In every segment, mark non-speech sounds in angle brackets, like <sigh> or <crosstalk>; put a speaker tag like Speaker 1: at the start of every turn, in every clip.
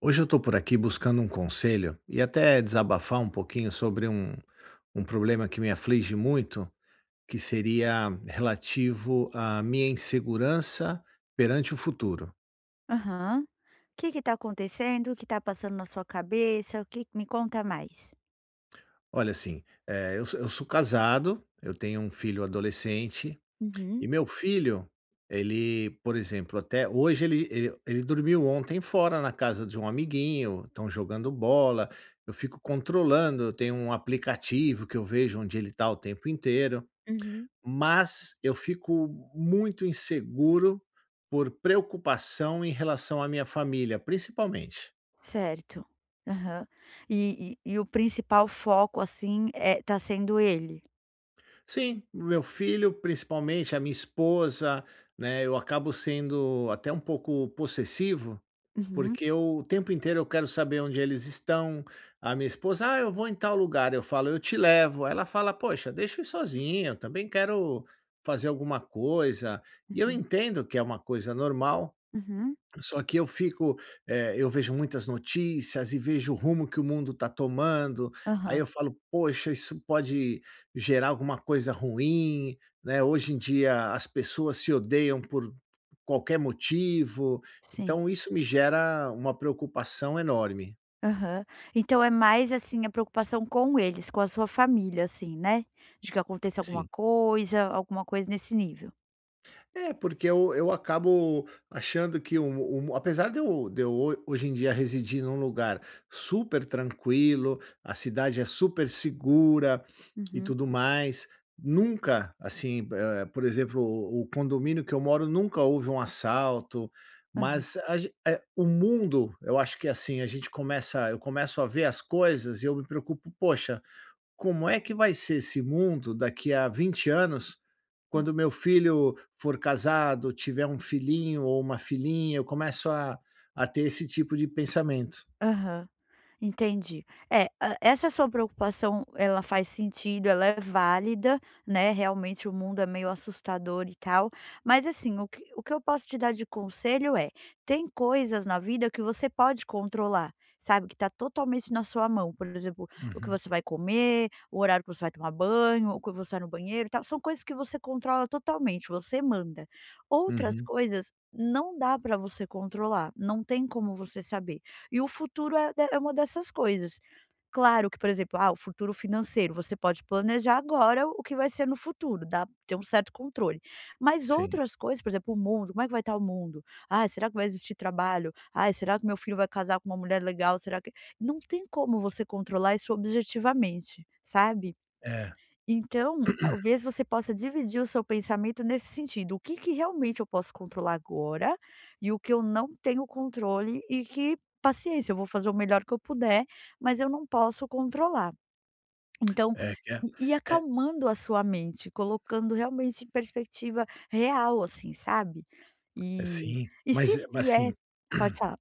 Speaker 1: Hoje eu estou por aqui buscando um conselho e até desabafar um pouquinho sobre um problema que me aflige muito, que seria relativo à minha insegurança perante o futuro.
Speaker 2: Aham. O que que tá acontecendo? O que tá passando na sua cabeça? O que me conta mais.
Speaker 1: Olha, assim, eu sou casado, eu tenho um filho adolescente e
Speaker 2: Uhum,
Speaker 1: meu filho, ele, por exemplo, até hoje ele dormiu ontem fora na casa de um amiguinho, estão jogando bola. Eu fico controlando, eu tenho um aplicativo que eu vejo onde ele está o tempo inteiro.
Speaker 2: uhum.
Speaker 1: Mas eu fico muito inseguro por preocupação em relação à minha família, principalmente.
Speaker 2: Certo. Aham. E o principal foco, assim, é tá sendo ele?
Speaker 1: Sim, meu filho, principalmente, a minha esposa, né, eu acabo sendo até um pouco possessivo,
Speaker 2: Uhum.
Speaker 1: porque eu o tempo inteiro eu quero saber onde eles estão. A minha esposa: "Ah, eu vou em tal lugar", eu falo: "Eu te levo". Ela fala: "Poxa, deixa eu ir sozinha, eu também quero fazer alguma coisa". E eu
Speaker 2: Uhum.
Speaker 1: entendo que é uma coisa normal.
Speaker 2: Uhum.
Speaker 1: Só que eu fico, eu vejo muitas notícias e vejo o rumo que o mundo está tomando. Aí
Speaker 2: Aham.
Speaker 1: eu falo: "Poxa, isso pode gerar alguma coisa ruim", né. Hoje em dia as pessoas se odeiam por qualquer motivo,
Speaker 2: Sim.
Speaker 1: então isso me gera uma preocupação enorme.
Speaker 2: Aham. Então é mais, assim, a preocupação com eles, com a sua família, assim, né? De que aconteça
Speaker 1: Sim.
Speaker 2: alguma coisa nesse nível.
Speaker 1: É, porque eu acabo achando que um um apesar de eu ho hoje em dia residir num lugar super tranquilo, a cidade é super segura e
Speaker 2: Uhum.
Speaker 1: tudo mais, nunca, assim, por exemplo, o condomínio que eu moro nunca houve um assalto,
Speaker 2: Aham.
Speaker 1: mas o mundo, eu acho que, é assim, a gente começa eu começo a ver as coisas e eu me preocupo: "Poxa, como é que vai ser esse mundo daqui a 20 anos,
Speaker 2: Hum.
Speaker 1: quando meu filho for casado, tiver um filhinho ou uma filhinha, eu começo a ter esse tipo de pensamento".
Speaker 2: Aham. Entendi. Essa sua preocupação, ela faz sentido, ela é válida, né, realmente o mundo é meio assustador e tal, mas assim, o que eu posso te dar de conselho é, tem coisas na vida que você pode controlar, sabe, que tá totalmente na sua mão, por exemplo, o que
Speaker 1: Uhum,
Speaker 2: você vai comer, o horário que você vai tomar banho, o que você vai no banheiro e tal, são coisas que você controla totalmente, você manda. Outras
Speaker 1: uhum,
Speaker 2: coisas não dá para você controlar, não tem como você saber. E o futuro é uma dessas coisas. Claro que, por exemplo, o futuro financeiro, você pode planejar agora o que vai ser no futuro, dá ter um certo controle. Mas
Speaker 1: sim.
Speaker 2: outras coisas, por exemplo, o mundo, como é que vai estar o mundo? Será que vai existir trabalho? Será que meu filho vai casar com uma mulher legal? Será que não tem como você controlar isso objetivamente, sabe?
Speaker 1: É,
Speaker 2: Então, talvez você possa dividir o seu pensamento nesse sentido: "O que que realmente eu posso controlar agora e o que eu não tenho controle e que paciência, eu vou fazer o melhor que eu puder, mas eu não posso controlar". Então,
Speaker 1: é que é
Speaker 2: e acalmando a sua mente, colocando realmente em perspectiva real, assim, sabe.
Speaker 1: é,
Speaker 2: E
Speaker 1: sim,
Speaker 2: e se
Speaker 1: mas
Speaker 2: vier pode falar.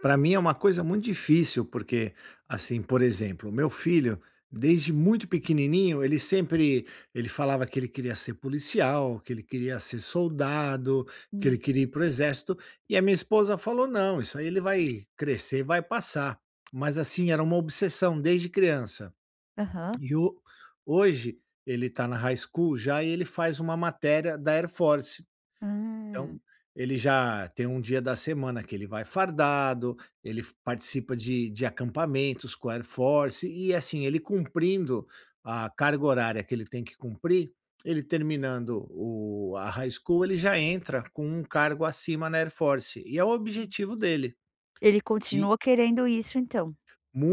Speaker 1: para mim é uma coisa muito difícil, porque, assim, por exemplo, o meu filho, desde muito pequenininho, ele falava que ele queria ser policial, que ele queria ser soldado, que
Speaker 2: Hum.
Speaker 1: ele queria ir para o exército, e a minha esposa falou: não, isso aí ele vai crescer, vai passar. Mas, assim, era uma obsessão desde criança.
Speaker 2: Aham.
Speaker 1: E o- Hoje ele está na high school já e ele faz uma matéria da Air Force.
Speaker 2: Ah,
Speaker 1: Então, ele já tem um dia da semana que ele vai fardado, ele f participa de acampamentos com a Air Force e, assim, ele cumprindo a carga horária que ele tem que cumprir, ele terminando o a high school, ele já entra com um cargo acima na Air Force e é o objetivo dele.
Speaker 2: ele
Speaker 1: E
Speaker 2: continua querendo isso então,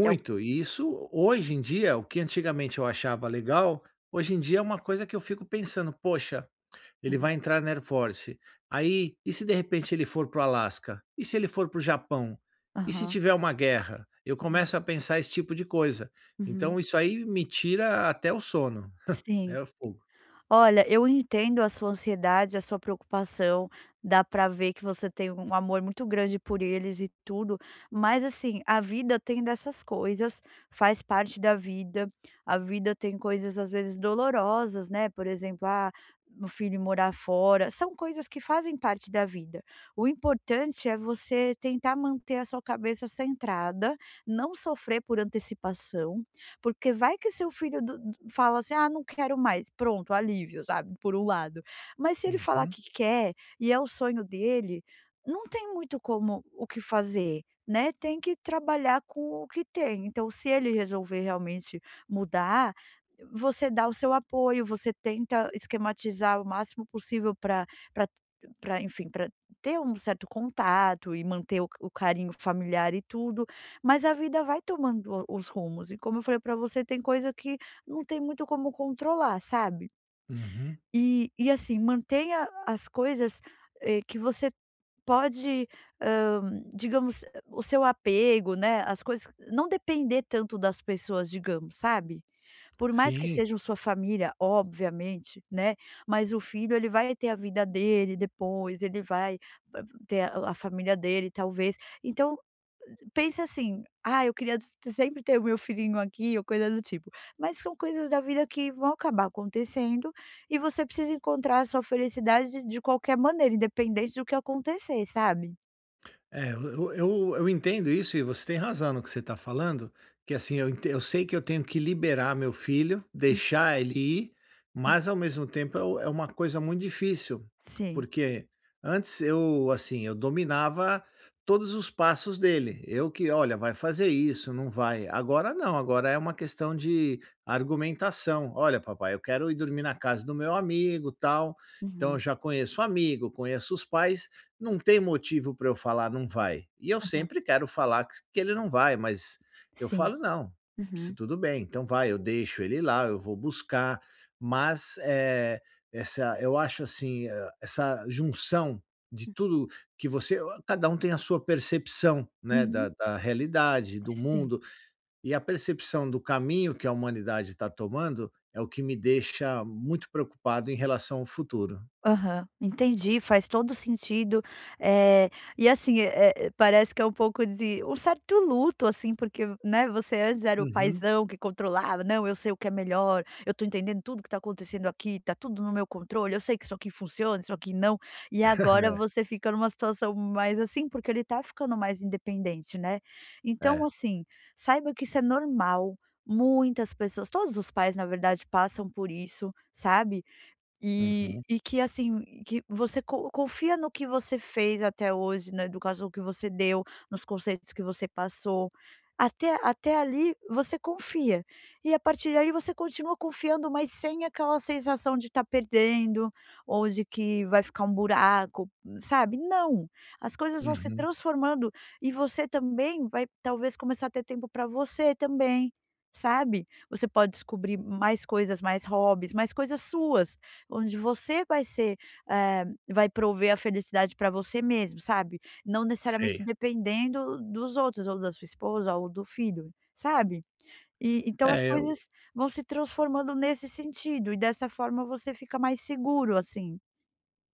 Speaker 2: que é o
Speaker 1: e isso hoje em dia, o que antigamente eu achava legal, hoje em dia é uma coisa que eu fico pensando: "Poxa, ele
Speaker 2: Uhum.
Speaker 1: vai entrar na Air Force. Aí, e se de repente ele for para o Alasca? E se ele for para o Japão? E se
Speaker 2: Aham.
Speaker 1: tiver uma guerra?" Eu
Speaker 2: Uhum.
Speaker 1: começo a pensar esse tipo de coisa.
Speaker 2: Uhum.
Speaker 1: Então isso aí me tira até o sono.
Speaker 2: Sim.
Speaker 1: É o fogo.
Speaker 2: Olha, eu entendo a sua ansiedade, a sua preocupação. Dá pra ver que você tem um amor muito grande por eles e tudo, mas assim, a vida tem dessas coisas, faz parte da vida. A vida tem coisas às vezes dolorosas, né? Por exemplo, o filho morar fora, são coisas que fazem parte da vida. O importante é você tentar manter a sua cabeça centrada, não sofrer por antecipação, porque vai que seu filho fala assim: "Ah, não quero mais", pronto, alívio, sabe, por um lado. Mas se ele falar
Speaker 1: Uhum,
Speaker 2: que quer e é o sonho dele, não tem muito como o que fazer, né, tem que trabalhar com o que tem. Então se ele resolver realmente mudar, você dá o seu apoio, você tenta esquematizar o máximo possível para enfim, para ter um certo contato e manter o carinho familiar e tudo, mas a vida vai tomando os rumos e como eu falei para você, tem coisa que não tem muito como controlar, sabe.
Speaker 1: uhum.
Speaker 2: E assim, mantenha as coisas, que você pode, hã, digamos, o seu apego, né, as coisas não depender tanto das pessoas, digamos, sabe. Por mais que
Speaker 1: Sim.
Speaker 2: sejam sua família, obviamente, né, mas o filho ele vai ter a vida dele depois, ele vai ter a família dele talvez, então pensa assim: "Ah, eu queria s sempre ter o meu filhinho aqui", ou coisa do tipo. Mas são coisas da vida que vão acabar acontecendo, e você precisa encontrar a sua felicidade de qualquer maneira, independente do que acontecer, sabe?
Speaker 1: É, eu entendo isso e você tem razão no que você está falando, que assim, eu sei que eu tenho que liberar meu filho,
Speaker 2: Hum,
Speaker 1: deixar ele ir, mas ao mesmo tempo é u é uma coisa muito difícil,
Speaker 2: sim.
Speaker 1: porque antes eu, assim, eu dominava todos os passos dele, eu que: "Olha, vai fazer isso, não vai". Agora não, agora é uma questão de argumentação: "Olha papai, eu quero ir dormir na casa do meu amigo, tal". Então
Speaker 2: Uhum,
Speaker 1: eu já conheço o amigo, conheço os pais, não tem motivo para eu falar: "Não vai". E eu
Speaker 2: aham.
Speaker 1: sempre quero falar que ele não vai, mas eu
Speaker 2: Sim.
Speaker 1: falo: "Não, se
Speaker 2: Uhum,
Speaker 1: tudo bem, então vai, eu deixo ele lá, eu vou buscar". Mas, essa eu acho assim, essa junção de tudo que você cada um tem a sua percepção, né,
Speaker 2: uhum,
Speaker 1: da realidade, do
Speaker 2: sim.
Speaker 1: mundo, e a percepção do caminho que a humanidade está tomando é o que me deixa muito preocupado em relação ao futuro.
Speaker 2: Aham, entendi, faz todo sentido. Eh, e assim, parece que é um pouco de um certo luto, assim, porque, né, você antes era o
Speaker 1: Uhum.
Speaker 2: paizão que controlava: "Não, eu sei o que é melhor, eu tô entendendo tudo que tá acontecendo aqui, tá tudo no meu controle, eu sei que isso aqui funciona, isso aqui não". E agora
Speaker 1: <laughs>
Speaker 2: você fica numa situação mais assim, porque ele tá ficando mais independente, né. Então,
Speaker 1: É.
Speaker 2: assim, saiba que isso é normal, muitas pessoas todos os pais, na verdade, passam por isso, sabe. E
Speaker 1: Uhum.
Speaker 2: e que, assim, que você co confia no que você fez até hoje, na educação que você deu, nos conceitos que você passou. Até ali você confia. E a partir dali você continua confiando, mas sem aquela sensação de estar perdendo ou de que vai ficar um buraco, sabe? Não, as coisas vão se
Speaker 1: Uhum,
Speaker 2: transformando e você também vai talvez começar a ter tempo para você também, sabe? Você pode descobrir mais coisas, mais hobbies, mais coisas suas. Onde você vai ser, vai prover a felicidade para você mesmo, sabe. Não necessariamente
Speaker 1: sei.
Speaker 2: dependendo dos outros, ou da sua esposa, ou do filho, sabe. E então as
Speaker 1: É, eu
Speaker 2: coisas vão se transformando nesse sentido, e dessa forma você fica mais seguro, assim.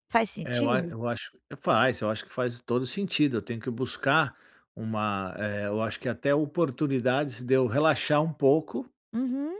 Speaker 2: Faz sentido?
Speaker 1: eu acho, faz, eu acho que faz todo sentido, eu tenho que buscar uma, eu acho que até oportunidades de eu relaxar um pouco,
Speaker 2: Uhum,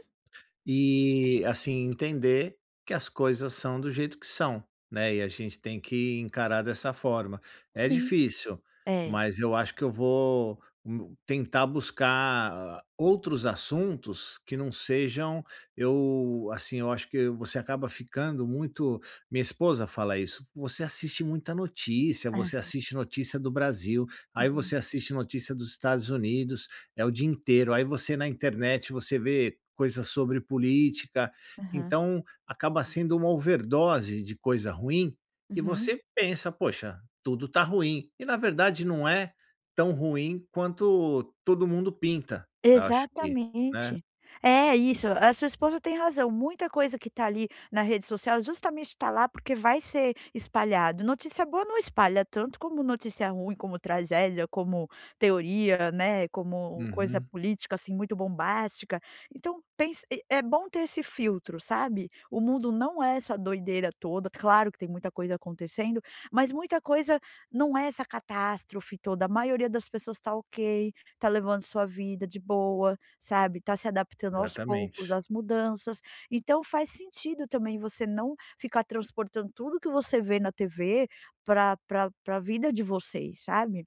Speaker 1: e, assim, entender que as coisas são do jeito que são, né, e a gente tem que encarar dessa forma. É
Speaker 2: sim.
Speaker 1: difícil,
Speaker 2: É.
Speaker 1: mas eu acho que eu vou m tentar buscar, ah, outros assuntos que não sejam, eu assim, eu acho que você acaba ficando muito, minha esposa fala isso: "Você assiste muita notícia,
Speaker 2: Hã.
Speaker 1: você assiste notícia do Brasil, aí
Speaker 2: Uhum.
Speaker 1: você assiste notícia dos Estados Unidos, é o dia inteiro. Aí você na internet, você vê coisas sobre política,
Speaker 2: Aham.
Speaker 1: então acaba sendo uma overdose de coisa ruim, e
Speaker 2: Uhum.
Speaker 1: você pensa: 'Poxa, tudo tá ruim'". E na verdade não é tão ruim quanto todo mundo pinta. Eu acho que, né?
Speaker 2: Exatamente. É isso, a sua esposa tem razão, muita coisa que tá ali na rede social justamente tá lá porque vai ser espalhado. Notícia boa não espalha tanto como notícia ruim, como tragédia, como teoria, né, como coisa
Speaker 1: Uhum,
Speaker 2: política, assim, muito bombástica. Então pense, e é bom ter esse filtro, sabe. O mundo não é essa doideira toda, claro que tem muita coisa acontecendo, mas muita coisa não é essa catástrofe toda, a maioria das pessoas tá ok, tá levando sua vida de boa, sabe, tá se adaptando aos poucos
Speaker 1: exatamente.
Speaker 2: às mudanças. Então faz sentido também você não ficar transportando tudo que você vê na TV pra para a vida de vocês, sabe.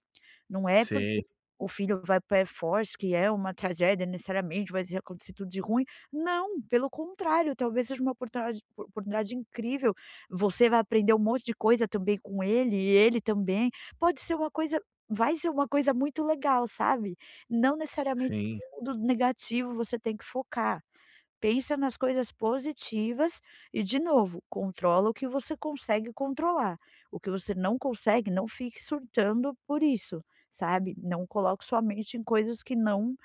Speaker 2: Não é porque
Speaker 1: Sei,
Speaker 2: o filho vai para o Air Force que é uma tragédia necessariamente, vai acontecer tudo de ruim. Não, pelo contrário, talvez seja uma oportunidade incrível. Você vai aprender um monte de coisa também com ele, e ele também. Pode ser uma coisa Vai ser uma coisa muito legal, sabe. Não necessariamente
Speaker 1: sim.
Speaker 2: tudo negativo você tem que focar. Pensa nas coisas positivas e, de novo, controla o que você consegue controlar. O que você não consegue, não fique surtando por isso, sabe? Não coloque sua mente em coisas que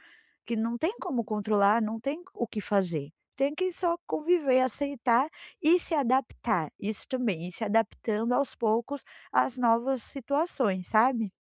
Speaker 2: que não tem como controlar, não tem o que fazer. Tem que só conviver, aceitar e se adaptar. Isso também, ir se adaptando aos poucos às novas situações, sabe?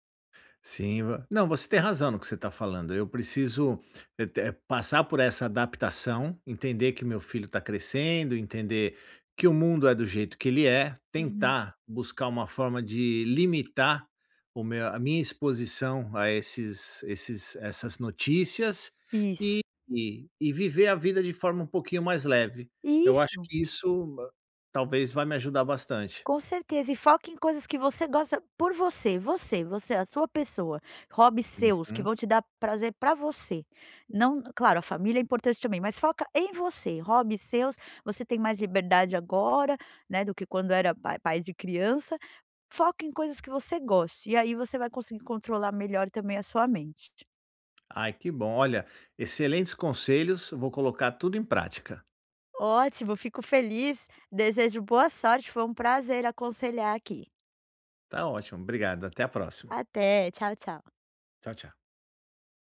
Speaker 1: Sim, va não, você tem razão no que você está falando. Eu preciso, passar por essa adaptação, entender que meu filho está crescendo, entender que o mundo é do jeito que ele é,
Speaker 2: Uhum.
Speaker 1: tentar buscar uma forma de limitar o meu a minha exposição a esses essas notícias
Speaker 2: Isso.
Speaker 1: e e e viver a vida de forma um pouquinho mais leve. Eu acho
Speaker 2: Isso.
Speaker 1: que isso, ah, talvez, vai me ajudar bastante.
Speaker 2: Com certeza, e foque em coisas que você gosta por você, você, você, a sua pessoa, hobbies seus que
Speaker 1: Hum.
Speaker 2: vão te dar prazer pra você. Não, claro, a família é importante também, mas foca em você, hobbies seus, você tem mais liberdade agora, né, do que quando era pai de criança. Foca em coisas que você goste e aí você vai conseguir controlar melhor também a sua mente.
Speaker 1: Ai, que bom. Olha, excelentes conselhos. Vou colocar tudo em prática.
Speaker 2: Ótimo, fico feliz, desejo boa sorte, foi um prazer aconselhar aqui.
Speaker 1: Tá ótimo. Obrigado. Até a próxima.
Speaker 2: Até, tchau, tchau.
Speaker 1: Tchau, tchau.